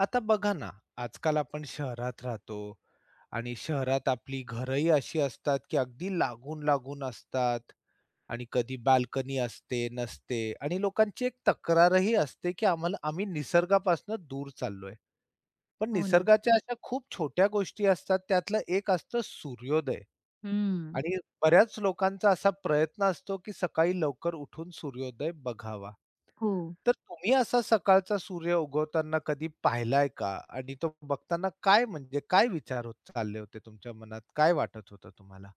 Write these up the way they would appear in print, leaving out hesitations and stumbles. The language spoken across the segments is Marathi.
आता बघा ना, आजकाल आपण शहरात राहतो आणि शहरात आपली घरही अशी असतात, की अगदी लागून-लागून असतात आणि कधी बाल्कनी असते, नसते आणि लोकांची एक तक्रारही असते, की आम्ही निसर्गापासून दूर चाललोय. पण हो ना. निसर्गाच्या अशा खूप छोट्या गोष्टी असतात, त्यातलं एक असतं सूर्योदय हं. आणि बऱ्याच लोकांचा असा प्रयत्न असतो, की सकाळी लवकर उठून सूर्योदय बघावा. हो. तर तुम्ही असा सकाळचा सूर्य उगवताना कधी पाहिलाय का? आणि तो बघताना काय विचार होत चालले होते तुमच्या मनात? काय वाटत होतं तुम्हाला?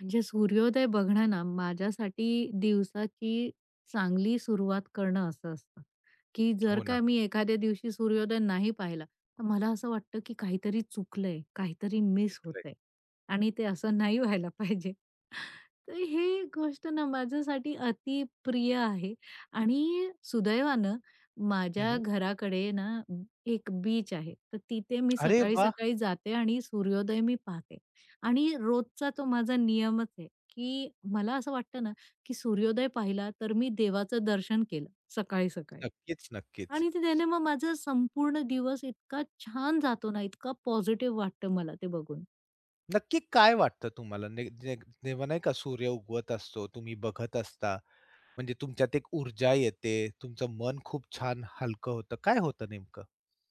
म्हणजे सूर्योदय बघणं ना माझ्यासाठी दिवसाची चांगली सुरुवात करणं असं असतं, की जर हो का ना. मी एखाद्या दिवशी सूर्योदय नाही पाहिला, तर मला असं वाटतं की काहीतरी चुकलंय, काहीतरी मिस सुचलंय. होतंय आणि ते असं नाही व्हायला पाहिजे. तर ही गोष्ट ना माझ्यासाठी अति प्रिय आहे आणि सुदैवानं माझ्या हं, घराकडे ना एक बीच आहे. तर तिथे मी अरे वाह! सकाळी-सकाळी जाते आणि सूर्योदय मी पाहते. आणि रोजचा तो माझा नियमच आहे, की मला असं वाटतं ना, की सूर्योदय पाहिला तर मी देवाचं दर्शन केलं सकाळी-सकाळी. नक्कीच, नक्कीच. आणि ते त्याने मग माझा संपूर्ण दिवस इतका छान जातो ना, इतका पॉझिटिव्ह वाटतं मला ते बघून. नक्की काय वाटतं तुम्हाला? ने जे जेव्हा नाही का सूर्य उगवत असतो, तुम्ही बघत असता, म्हणजे तुमच्यात एक ऊर्जा येते, तुमचं मन खूप छान हलकं होतं. काय होतं नेमकं?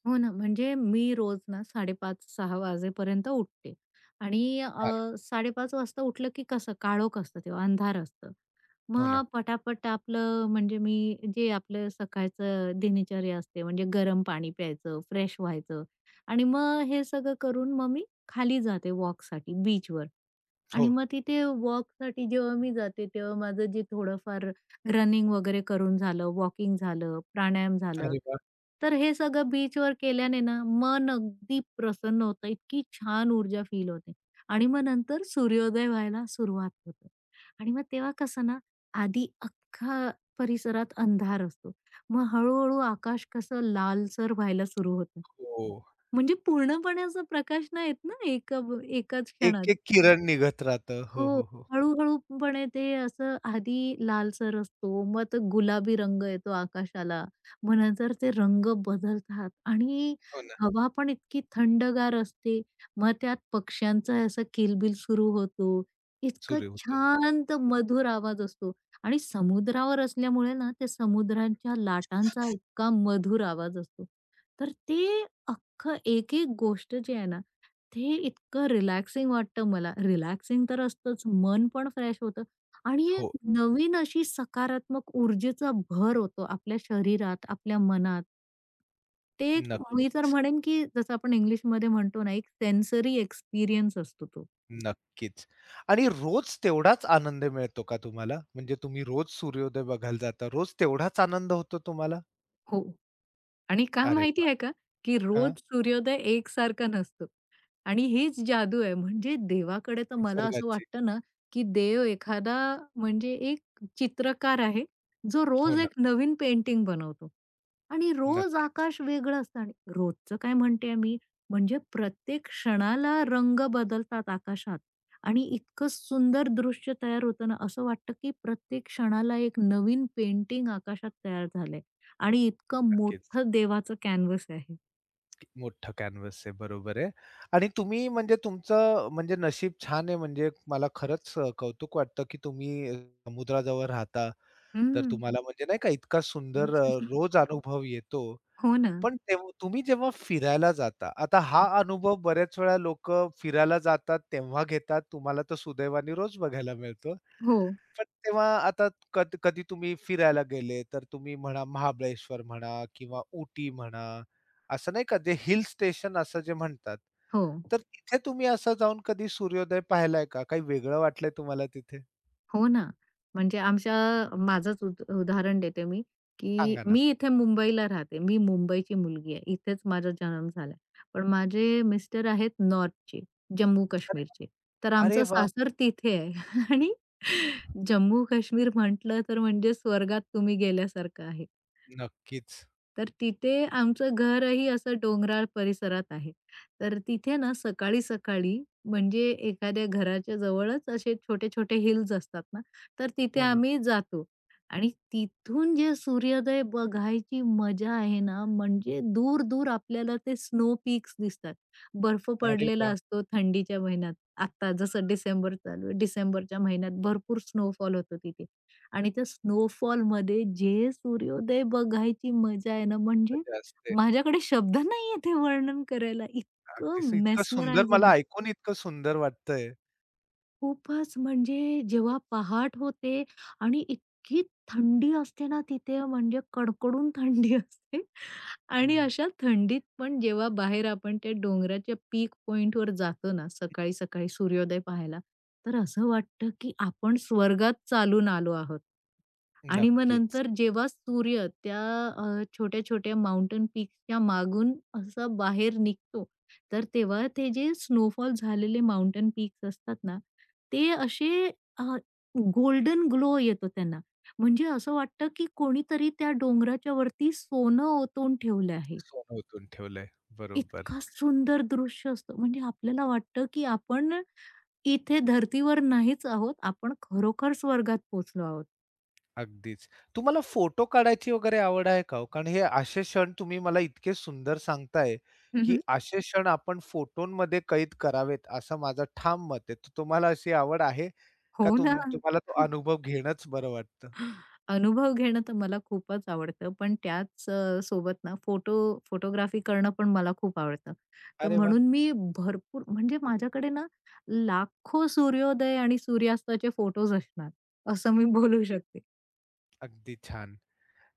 हो ना. म्हणजे मी रोज ना 5:30-6:00 वाजेपर्यंत उठते आणि छान. 5:30 वाजता उठलं की कसं काळोख असतं तेव्हा, अंधार असतं. हो ना. मग पटापट आपलं म्हणजे मी जे आपलं सकाळचं दिनचर्या असते म्हणजे गरम पाणी प्यायचं, फ्रेश व्हायचं आणि मग हे सगळं करून मग मी खाली जाते वॉकसाठी बीचवर. आणि हो. मग तिथे वॉकसाठी जेव्हा मी जाते, तेव्हा माझं जे थोडंफार रनिंग वगैरे करून झालं, वॉकिंग झालं, प्राणायाम झालं. अरे वाह! तर हे सगळं बीचवर केल्याने ना, मन अगदी प्रसन्न होतं. इतकी छान ऊर्जा फील होते आणि मग नंतर सूर्योदय व्हायला सुरुवात होते. आणि मग तेव्हा कसं ना, आधी अख्खा परिसरात अंधार असतो. मग हळू आकाश कसं लालसर व्हायला सुरू होतं. हो. म्हणजे पूर्णपणे असा प्रकाश नाही येत ना, एका एकाच क्षणात. एक-एक किरण निघत राहतं. हो, हो. हो, हो. हळू-हळूपणे ते असं आधी लालसर असतो, मग तो गुलाबी रंग येतो आकाशाला. मग नंतर ते रंग बदलतात आणि हो ना. हवा पण इतकी थंडगार असते. मग त्यात पक्ष्यांचा असा किलबिल सुरू होतो. इतकं सुरू होतो. शांत मधुर आवाज असतो आणि समुद्रावर असल्यामुळे ना, त्या समुद्राच्या लाटांचा इतका मधुर आवाज असतो. तर ते अख्खं एक-एक गोष्ट जी आहे ना, ते इतकं रिलॅक्सिंग वाटतं मला. रिलॅक्सिंग तर असतंच, मन पण फ्रेश होतं आणि एक हो. नवीन अशी सकारात्मक ऊर्जेचा भर होतो आपल्या शरीरात, आपल्या मनात. ते एक नक्क मी तर म्हणेन, की जसं आपण इंग्लिशमध्ये म्हणतो ना, एक सेन्सरी एक्सपिरियन्स असतो तो. नक्कीच. आणि रोज तेवढाच आनंद मिळतो का तुम्हाला? म्हणजे तुम्ही रोज सूर्योदय बघायला जाता, रोज तेवढाच आनंद होतो तुम्हाला? हो. आणि का अरे माहिती वाह! आहे का, की रोज हां, सूर्योदय एकसारखा नसतो आणि हीच जादू आहे. म्हणजे देवाकडे तर मला असं निसर्गाची. वाटतं ना, की देव एखादा म्हणजे एक चित्रकार आहे, जो हो रोज ना. एक नवीन पेंटिंग बनवतो आणि रोज नक्कीच, आकाश वेगळं असतं आणि रोजचं काय म्हणते मी, म्हणजे प्रत्येक क्षणाला रंग बदलतात आकाशात आणि इतकं सुंदर दृश्य तयार होतं ना, असं वाटतं की प्रत्येक क्षणाला एक नवीन पेंटिंग आकाशात तयार झालंय. आणि इतकं नक्कीच. मोठं देवाचं कॅनव्हास आहे. मोठं कॅनव्हास आहे, बरोबर आहे. आणि तुम्ही म्हणजे तुमचं म्हणजे नशीब छान आहे म्हणजे मला खरंच कौतुक वाटतं, की तुम्ही समुद्राजवळ राहता, तर हं. तुम्हाला म्हणजे नाही का इतका सुंदर रोज अनुभव येतो. हो ना. पण तेव्हा तुम्ही जेव्हा फिरायला जाता, आता हा अनुभव बऱ्याच वेळा लोकं फिरायला जातात तेव्हा घेतात. तुम्हाला तर सुदैवाने रोज बघायला मिळतो. हो, पण तेव्हा आता कधी तुम्ही फिरायला गेले, तर तुम्ही म्हणा महाबळेश्वर म्हणा किंवा उटी म्हणा, असं नाही का जे हिल स्टेशन असं जे म्हणतात. हो, तर तिथे तुम्ही असं जाऊन कधी सूर्योदय पाहिलाय का? काही वेगळं वाटलंय तुम्हाला तिथे? हो ना. म्हणजे आमच्या माझंच उद उदाहरण देते मी, की सांगा ना. मी इथे मुंबईला राहते. मी मुंबईची मुलगी आहे. इथेच माझा जन्म झाला. पण माझे मिस्टर आहेत नॉर्थचे, जम्मू काश्मीरचे. तर अरे आमचं वाह! सासर तिथे आहे आणि जम्मू काश्मीर म्हटलं तर म्हणजे स्वर्गात तुम्ही गेल्यासारखं आहे. नक्कीच. तर तिथे आमचं घरही असं डोंगराळ परिसरात आहे. तर तिथे ना सकाळी-सकाळी म्हणजे एखाद्या घराच्या जवळच असे छोटे-छोटे हिल्स असतात ना, तर तिथे हो ना. आम्ही जातो आणि तिथून जे सूर्योदय बघायची मजा आहे ना, म्हणजे दूर-दूर आपल्याला ते स्नो पीक्स दिसतात. बर्फ अरे पडलेला वाह! असतो थंडीच्या महिन्यात. आत्ता जसं डिसेंबर चालू आहे. डिसेंबरच्या महिन्यात भरपूर स्नोफॉल होतो तिथे. आणि त्या स्नोफॉलमध्ये जे सूर्योदय बघायची मजा आहे ना, म्हणजे मजा असते. माझ्याकडे शब्द नाहीये ते वर्णन करायला. अगदीच इतकं इतकं सुंदर, मेस्मरायझिंग मला असतं. ऐकून इतकं सुंदर वाटतंय. खूपच म्हणजे जेव्हा पहाट होते आणि इतकी थंडी असते ना तिथे, म्हणजे कडकडून थंडी असते आणि हं, अशा थंडीत पण जेव्हा बाहेर आपण त्या डोंगराच्या पीक पॉइंटवर जातो ना, सकाळी-सकाळी सूर्योदय पाहायला, तर असं वाटतं की आपण स्वर्गात चालून आलो आहोत. आणि मग नक्कीच. नंतर जेव्हा सूर्य त्या छोट्या-छोट्या माउंटन पीक्सच्या मागून असा बाहेर निघतो, तर तेव्हा ते जे स्नोफॉल झालेले माउंटन पीक्स असतात ना, ते असे गोल्डन ग्लो येतो त्यांना. म्हणजे असं वाटतं, की कोणीतरी त्या डोंगराच्या वरती सोनं ओतून ठेवलं आहे. सोनं ओतून ठेवलंय. बरोबर, इतका सुंदर दृश्य असतं. म्हणजे आपल्याला वाटतं, की आपण इथे धर्तीवर नाहीच आहोत. आपण खरोखर स्वर्गात पोहोचलो आहोत. अगदीच. तुम्हाला फोटो काढायची वगैरे आवड आहे का हो? कारण हे असे क्षण तुम्ही मला इतके सुंदर सांगताय, की हं, असे क्षण आपण फोटोमध्ये कैद करावेत असं माझं ठाम मत आहे. तर तुम्हाला अशी आवड आहे का हो ना. तुम्हाला तो अनुभव घेणंच बरं वाटतं? अनुभव घेणं तर मला खूपच आवडतं, पण त्याच सोबत ना फोटोग्राफी करणं पण मला खूप आवडतं. तर अरे वाह! म्हणून मी भरपूर म्हणजे माझ्याकडे ना लाखो सूर्योदय आणि सूर्यास्ताचे फोटोज असणार, असं मी बोलू शकते. अगदी छान.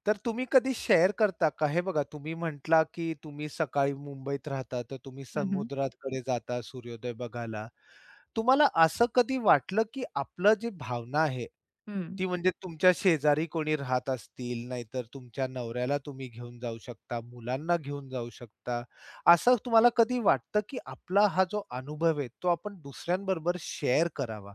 तर तुम्ही कधी शेअर करता का? हे बघा तुम्ही म्हटला, की तुम्ही सकाळी मुंबईत राहता, तर तुम्ही हं, हं. समुद्राकडे जाता सूर्योदय बघायला. तुम्हाला असं कधी वाटलं, की आपलं जी भावना आहे, हं. ती म्हणजे तुमच्या शेजारी कोणी राहत असतील, नाहीतर तुमच्या नवऱ्याला तुम्ही घेऊन जाऊ शकता, मुलांना घेऊन जाऊ शकता. असं तुम्हाला कधी वाटतं, की आपला हा जो अनुभव आहे, तो आपण दुसऱ्यांबरोबर शेअर करावा?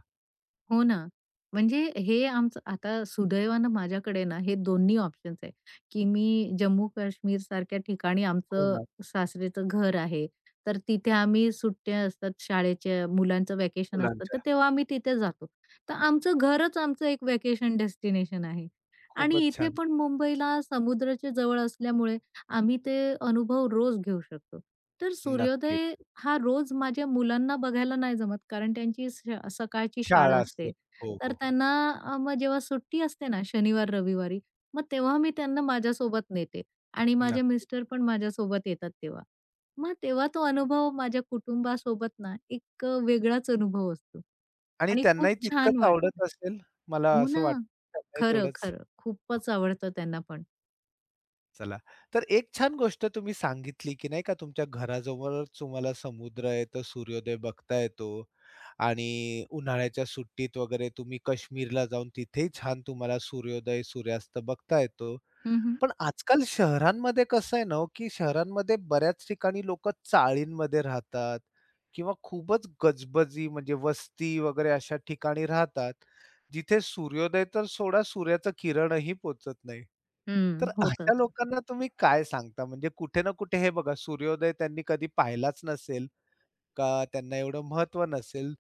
हो ना. म्हणजे हे आमचं आता सुदैवानं माझ्याकडे ना हे दोन्ही ऑप्शन्स आहे, की मी जम्मू-काश्मीर सारख्या ठिकाणी हो आमचं ना, सासरेचं घर आहे. तर तिथे आम्ही सुट्ट्या असतात शाळेच्या, मुलांचं व्हॅकेशन असतं, तर मुलांच्या. तेव्हा आम्ही तिथे जातो. तर आमचं घरच आमचं एक व्हॅकेशन डेस्टिनेशन आहे. आणि खूपच इथे छान. पण मुंबईला समुद्राच्या जवळ असल्यामुळे आम्ही ते अनुभव रोज घेऊ शकतो. तर सूर्योदय नक्कीच. हां, रोज माझ्या मुलांना बघायला नाही जमत, कारण त्यांची स सकाळची शाळा शाळा असते. असते. हो, तर हो, हो. त्यांना मग जेव्हा सुट्टी असते ना शनिवार, रविवारी, मग तेव्हा मी त्यांना माझ्यासोबत नेते आणि माझे नक्की. मिस्टर पण माझ्यासोबत येतात तेव्हा. मग तेव्हा तो अनुभव माझ्या कुटुंबासोबत ना एक वेगळाच अनुभव असतो आणि आणि खूप त्यांनाही तितकंच छान वाटतं. आवडत असेल, मला हो असं ना. वाटतं त्यांनाही खरं, तेवढंच. खरं. खूपच आवडतं त्यांना पण. चला, तर एक छान गोष्ट तुम्ही सांगितली, की नाही का तुमच्या घराजवळच तुम्हाला समुद्र आहे, तर सूर्योदय बघता येतो आणि उन्हाळ्याच्या सुट्टीत वगैरे तुम्ही काश्मीरला जाऊन तिथेही छान तुम्हाला सूर्योदय, सूर्यास्त बघता येतो. हं, हं. पण आजकाल शहरांमध्ये कसं आहे ना हो, की शहरांमध्ये बऱ्याच ठिकाणी लोक चाळींमध्ये राहतात किंवा खूपच गजबजी म्हणजे वस्ती वगैरे अशा ठिकाणी राहतात जिथे सूर्योदय तर सोडा, सूर्याचं किरणही पोचत नाही. तर हं, होतं. अशा लोकांना तुम्ही काय सांगता, म्हणजे कुठे ना कुठे हे बघा सूर्योदय त्यांनी कधी पाहिलाच नसेल का त्यांना एवढं महत्त्व नसेल,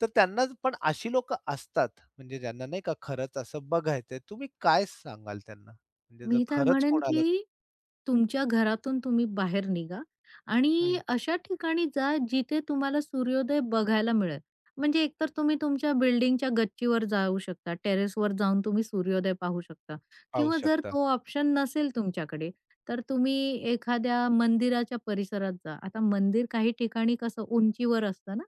तर त्यांना पण अशी लोकं असतात, म्हणजे ज्यांना नाही का खरंच असं बघायचंय. तुम्ही काय सांगाल त्यांना? म्हणजे जर मी तर खरंच म्हणेन, कोणाला की तुमच्या घरातून तुम्ही बाहेर निघा आणि हं, अशा ठिकाणी जा जिथे तुम्हाला सूर्योदय बघायला मिळेल. म्हणजे एकतर तुम्ही तुमच्या बिल्डिंगच्या गच्चीवर जाऊ शकता, टेरेसवर जाऊन तुम्ही सूर्योदय पाहू शकता पाहू किंवा जर शकता. तो ऑप्शन नसेल तुमच्याकडे, तर तुम्ही एखाद्या मंदिराच्या परिसरात जा. आता मंदिर काही ठिकाणी कसं उंचीवर असतं ना,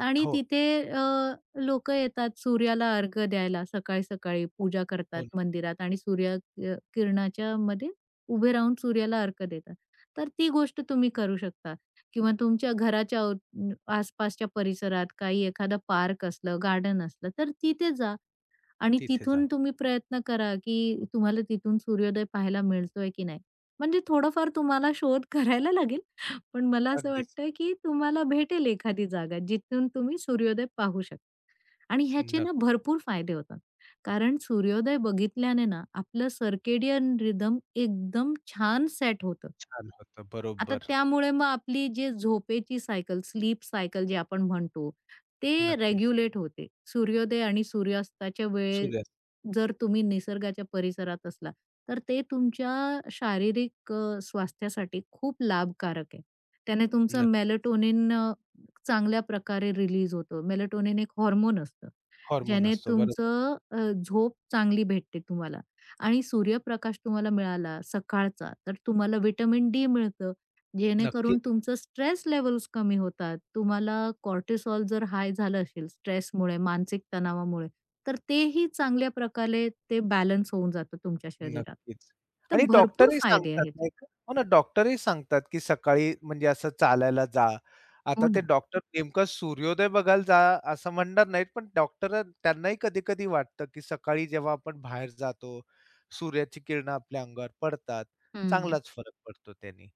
आणि हो, तिथे अ, लोकं येतात सूर्याला अर्घ्य द्यायला सकाळी-सकाळी पूजा हो करतात ना. मंदिरात आणि सूर्य किरणाच्या मध्ये उभे राहून सूर्याला अर्घ्य देतात. तर ती गोष्ट तुम्ही करू शकता किंवा तुमच्या घराच्या अव आसपासच्या परिसरात काही एखादा पार्क असलं, गार्डन असलं, तर तिथे जा आणि तिथे जा. तिथून तुम्ही प्रयत्न करा, की तुम्हाला तिथून सूर्योदय पाहायला मिळतोय की नाही. म्हणजे थोडंफार तुम्हाला शोध करायला लागेल. पण मला असं अगदीच. वाटतं, की तुम्हाला भेटेल एखादी जागा जिथून तुम्ही सूर्योदय पाहू शकता. आणि ह्याचे ना नक्की. भरपूर फायदे होतात. कारण सूर्योदय बघितल्याने ना आपलं सर्केडियन रिदम एकदम छान सेट होतं. छान होतं. आता बरोबर. त्यामुळे मग आपली जे झोपेची सायकल, स्लीप सायकल जे आपण म्हणतो, ते नक्कीच. रेग्युलेट होते. सूर्योदय आणि सूर्यास्ताच्या वेळेत सूर्यास्त. जर तुम्ही निसर्गाच्या परिसरात असला, तर ते तुमच्या शारीरिक स्वास्थ्यासाठी खूप लाभकारक आहे. त्याने तुमचं नक्कीच. मेलाटोनिन चांगल्या प्रकारे रिलीज होतं. मेलाटोनिन एक हार्मोन असतं, हॉर्मोन ज्याने असतो. बरोबर. तुमचं झोप चांगली भेटते तुम्हाला आणि सूर्यप्रकाश तुम्हाला मिळाला सकाळचा, तर तुम्हाला व्हिटॅमिन डी मिळतं. नक्की जेणेकरून तुमचं स्ट्रेस लेवल्स कमी होतात. तुम्हाला कॉर्टिसॉल जर हाय झालं असेल स्ट्रेसमुळे, मानसिक तणावामुळे, तर तेही चांगल्या प्रकारे ते बॅलन्स होऊन जातं तुमच्या शरीरात. नक्कीच. तर आणि भरपूर डॉक्टरही फायदे सांगतात आहेत नाही हे. का? हो ना, डॉक्टरही सांगतात, की सकाळी म्हणजे असं चालायला जा. आता हो ते ना. डॉक्टर नेमकं सूर्योदय बघायला जा असं म्हणणार नाहीत, पण डॉक्टर त्यांनाही कधी-कधी वाटतं, की सकाळी जेव्हा आपण बाहेर जातो, सूर्याची किरणं आपल्या अंगावर पडतात, हं. चांगलाच फरक पडतो त्यानी.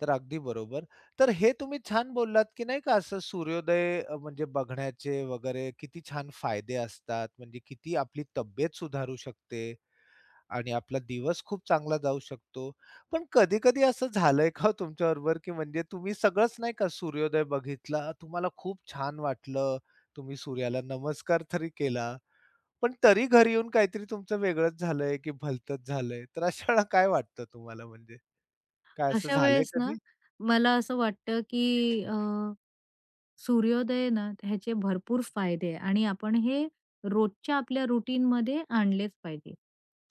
तर अगदी बरोबर. तर हे तुम्ही छान बोललात, की नाही का असं सूर्योदय म्हणजे बघण्याचे वगैरे किती छान फायदे असतात, म्हणजे किती आपली तब्येत सुधारू शकते. आणि आपला दिवस खूप चांगला जाऊ शकतो. पण कधी-कधी असं झालंय का हो तुमच्याबरोबर, की म्हणजे तुम्ही सगळंच नाही का सूर्योदय बघितला, तुम्हाला खूप छान वाटलं, तुम्ही सूर्याला नमस्कार तरी केला, पण तरी घरी येऊन काहीतरी तुमचं वेगळंच झालंय, की भलतंच झालंय. तर अशा वेळेला काय वाटतं तुम्हाला म्हणजे? काय असं अशा झालंय वेळेस ना, कधी? मला असं वाटतं की सूर्योदय ना ह्याचे भरपूर फायदे आहे आणि आपण हे रोजच्या आपल्या रुटीनमध्ये आणलेच पाहिजे.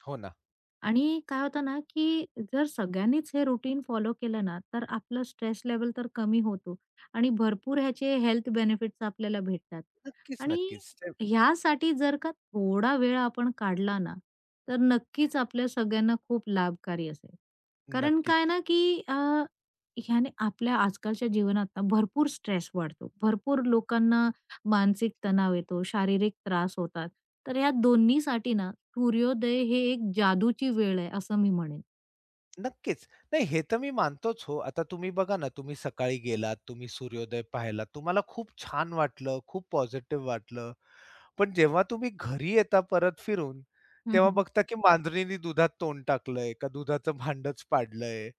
हो ना. आणि काय होतं ना, की जर सगळ्यांनीच हे रुटीन फॉलो केलं ना, तर आपलं स्ट्रेस लेव्हल तर कमी होतो आणि भरपूर ह्याचे हेल्थ बेनिफिट्स आपल्याला भेटतात. नक्कीच, आणि नक्कीच. ते ह्यासाठी जर का थोडा वेळ आपण काढला ना, तर नक्कीच आपल्या सगळ्यांना खूप लाभकारी असेल. कारण काय नक्कीच, ना, की ह्याने आपल्या आजकालच्या जीवनात ना भरपूर स्ट्रेस वाढतो. भरपूर लोकांना मानसिक तणाव येतो, शारीरिक त्रास होतात. तर या दोन्हीसाठी ना सूर्योदय हे एक जादूची वेळ आहे असं मी म्हणेन. नक्कीच. नाही, हे तर मी मानतोच हो. आता तुम्ही बघा ना, तुम्ही सकाळी गेलात, तुम्ही सूर्योदय पाहिलात, तुम्हाला खूप छान वाटलं, खूप पॉझिटिव्ह वाटलं. पण जेव्हा तुम्ही घरी येता परत फिरून, तेव्हा हं, बघता की मांजरीनी दुधात तोंड टाकलंय, का दुधाचं भांडच पाडलंय,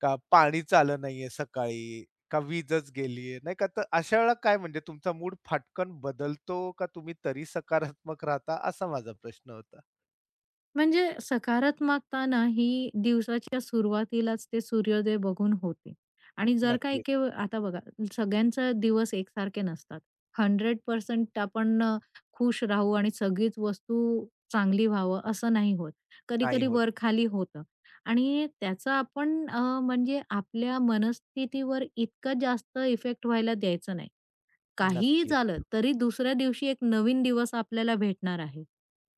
का पाणीच आलं नाहीये सकाळी, का वीजच गेलीये, नाही का? तर अशा वेळेला काय म्हणजे तुमचा मूड फाटकन बदलतो का तुम्ही तरी सकारात्मक राहता? असा माझा प्रश्न होता. म्हणजे सकारात्मकता ना ही दिवसाच्या सुरुवातीलाच ते सूर्योदय बघून होते. आणि जर का नक्कीच. एके आता बघा सगळ्यांचा दिवस एकसारखे नसतात. 100% आपण खुश राहू आणि सगळीच वस्तू चांगली व्हावं असं नाही होत. नाही कधी-कधी होत. वर-खाली होतं आणि त्याचा आपण म्हणजे आपल्या मनस्थितीवर इतकं जास्त इफेक्ट व्हायला द्यायचं नाही. काहीही नक्कीच, झालं तरी दुसऱ्या दिवशी एक नवीन दिवस आपल्याला भेटणार आहे.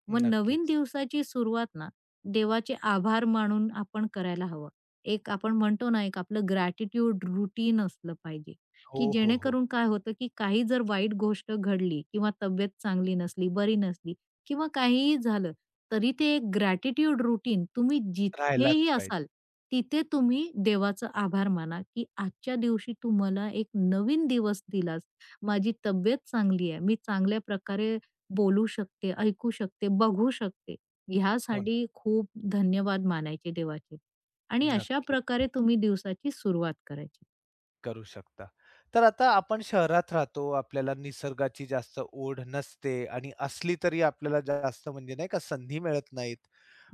मग नवीन नक्कीच. दिवसाची सुरुवात ना देवाचे आभार मानून आपण करायला हवं. एक आपण म्हणतो ना एक आपलं ग्रॅटिट्यूड रुटीन असलं पाहिजे, हो, की हो, हो. जेणेकरून काय होतं, की काही जर वाईट गोष्ट घडली किंवा तब्येत चांगली नसली, बरी नसली किंवा काहीही झालं, तरी ते एक ग्रॅटिट्यूड रुटीन तुम्ही राहायलाच जिथेही पाहिजे. असाल, तिथे तुम्ही देवाचं आभार माना, की आजच्या दिवशी तू मला एक नवीन दिवस दिलास. माझी तब्येत चांगली आहे. मी चांगल्या प्रकारे बोलू शकते, ऐकू शकते, बघू शकते. हो ना. ह्यासाठी खूप धन्यवाद मानायचे देवाचे आणि अशा नक्की. प्रकारे तुम्ही दिवसाची सुरुवात करायची. करू शकता. तर आता आपण शहरात राहतो, आपल्याला निसर्गाची जास्त ओढ नसते आणि असली तरी आपल्याला जास्त म्हणजे नाही का संधी मिळत नाहीत.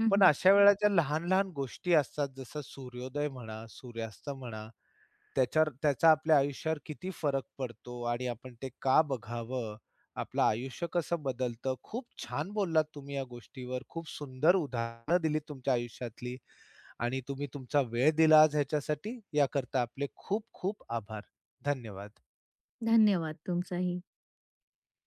हं, पण हं. अशा हो. ज्या लहान-लहान गोष्टी असतात जसं सूर्योदय म्हणा, सूर्यास्त म्हणा, त्याच्यावर त्याचा आपल्या आयुष्यावर किती फरक पडतो आणि आपण ते का बघावं? आपलं आयुष्य कसं बदलतं? खूप छान बोललात तुम्ही या गोष्टीवर. खूप सुंदर उदाहरणं दिलीत तुमच्या आयुष्यातली. आणि तुम्ही तुमचा वेळ दिला आज ह्याच्यासाठी, याकरता आपले खूप खूप आभार. धन्यवाद. धन्यवाद तुमचाही.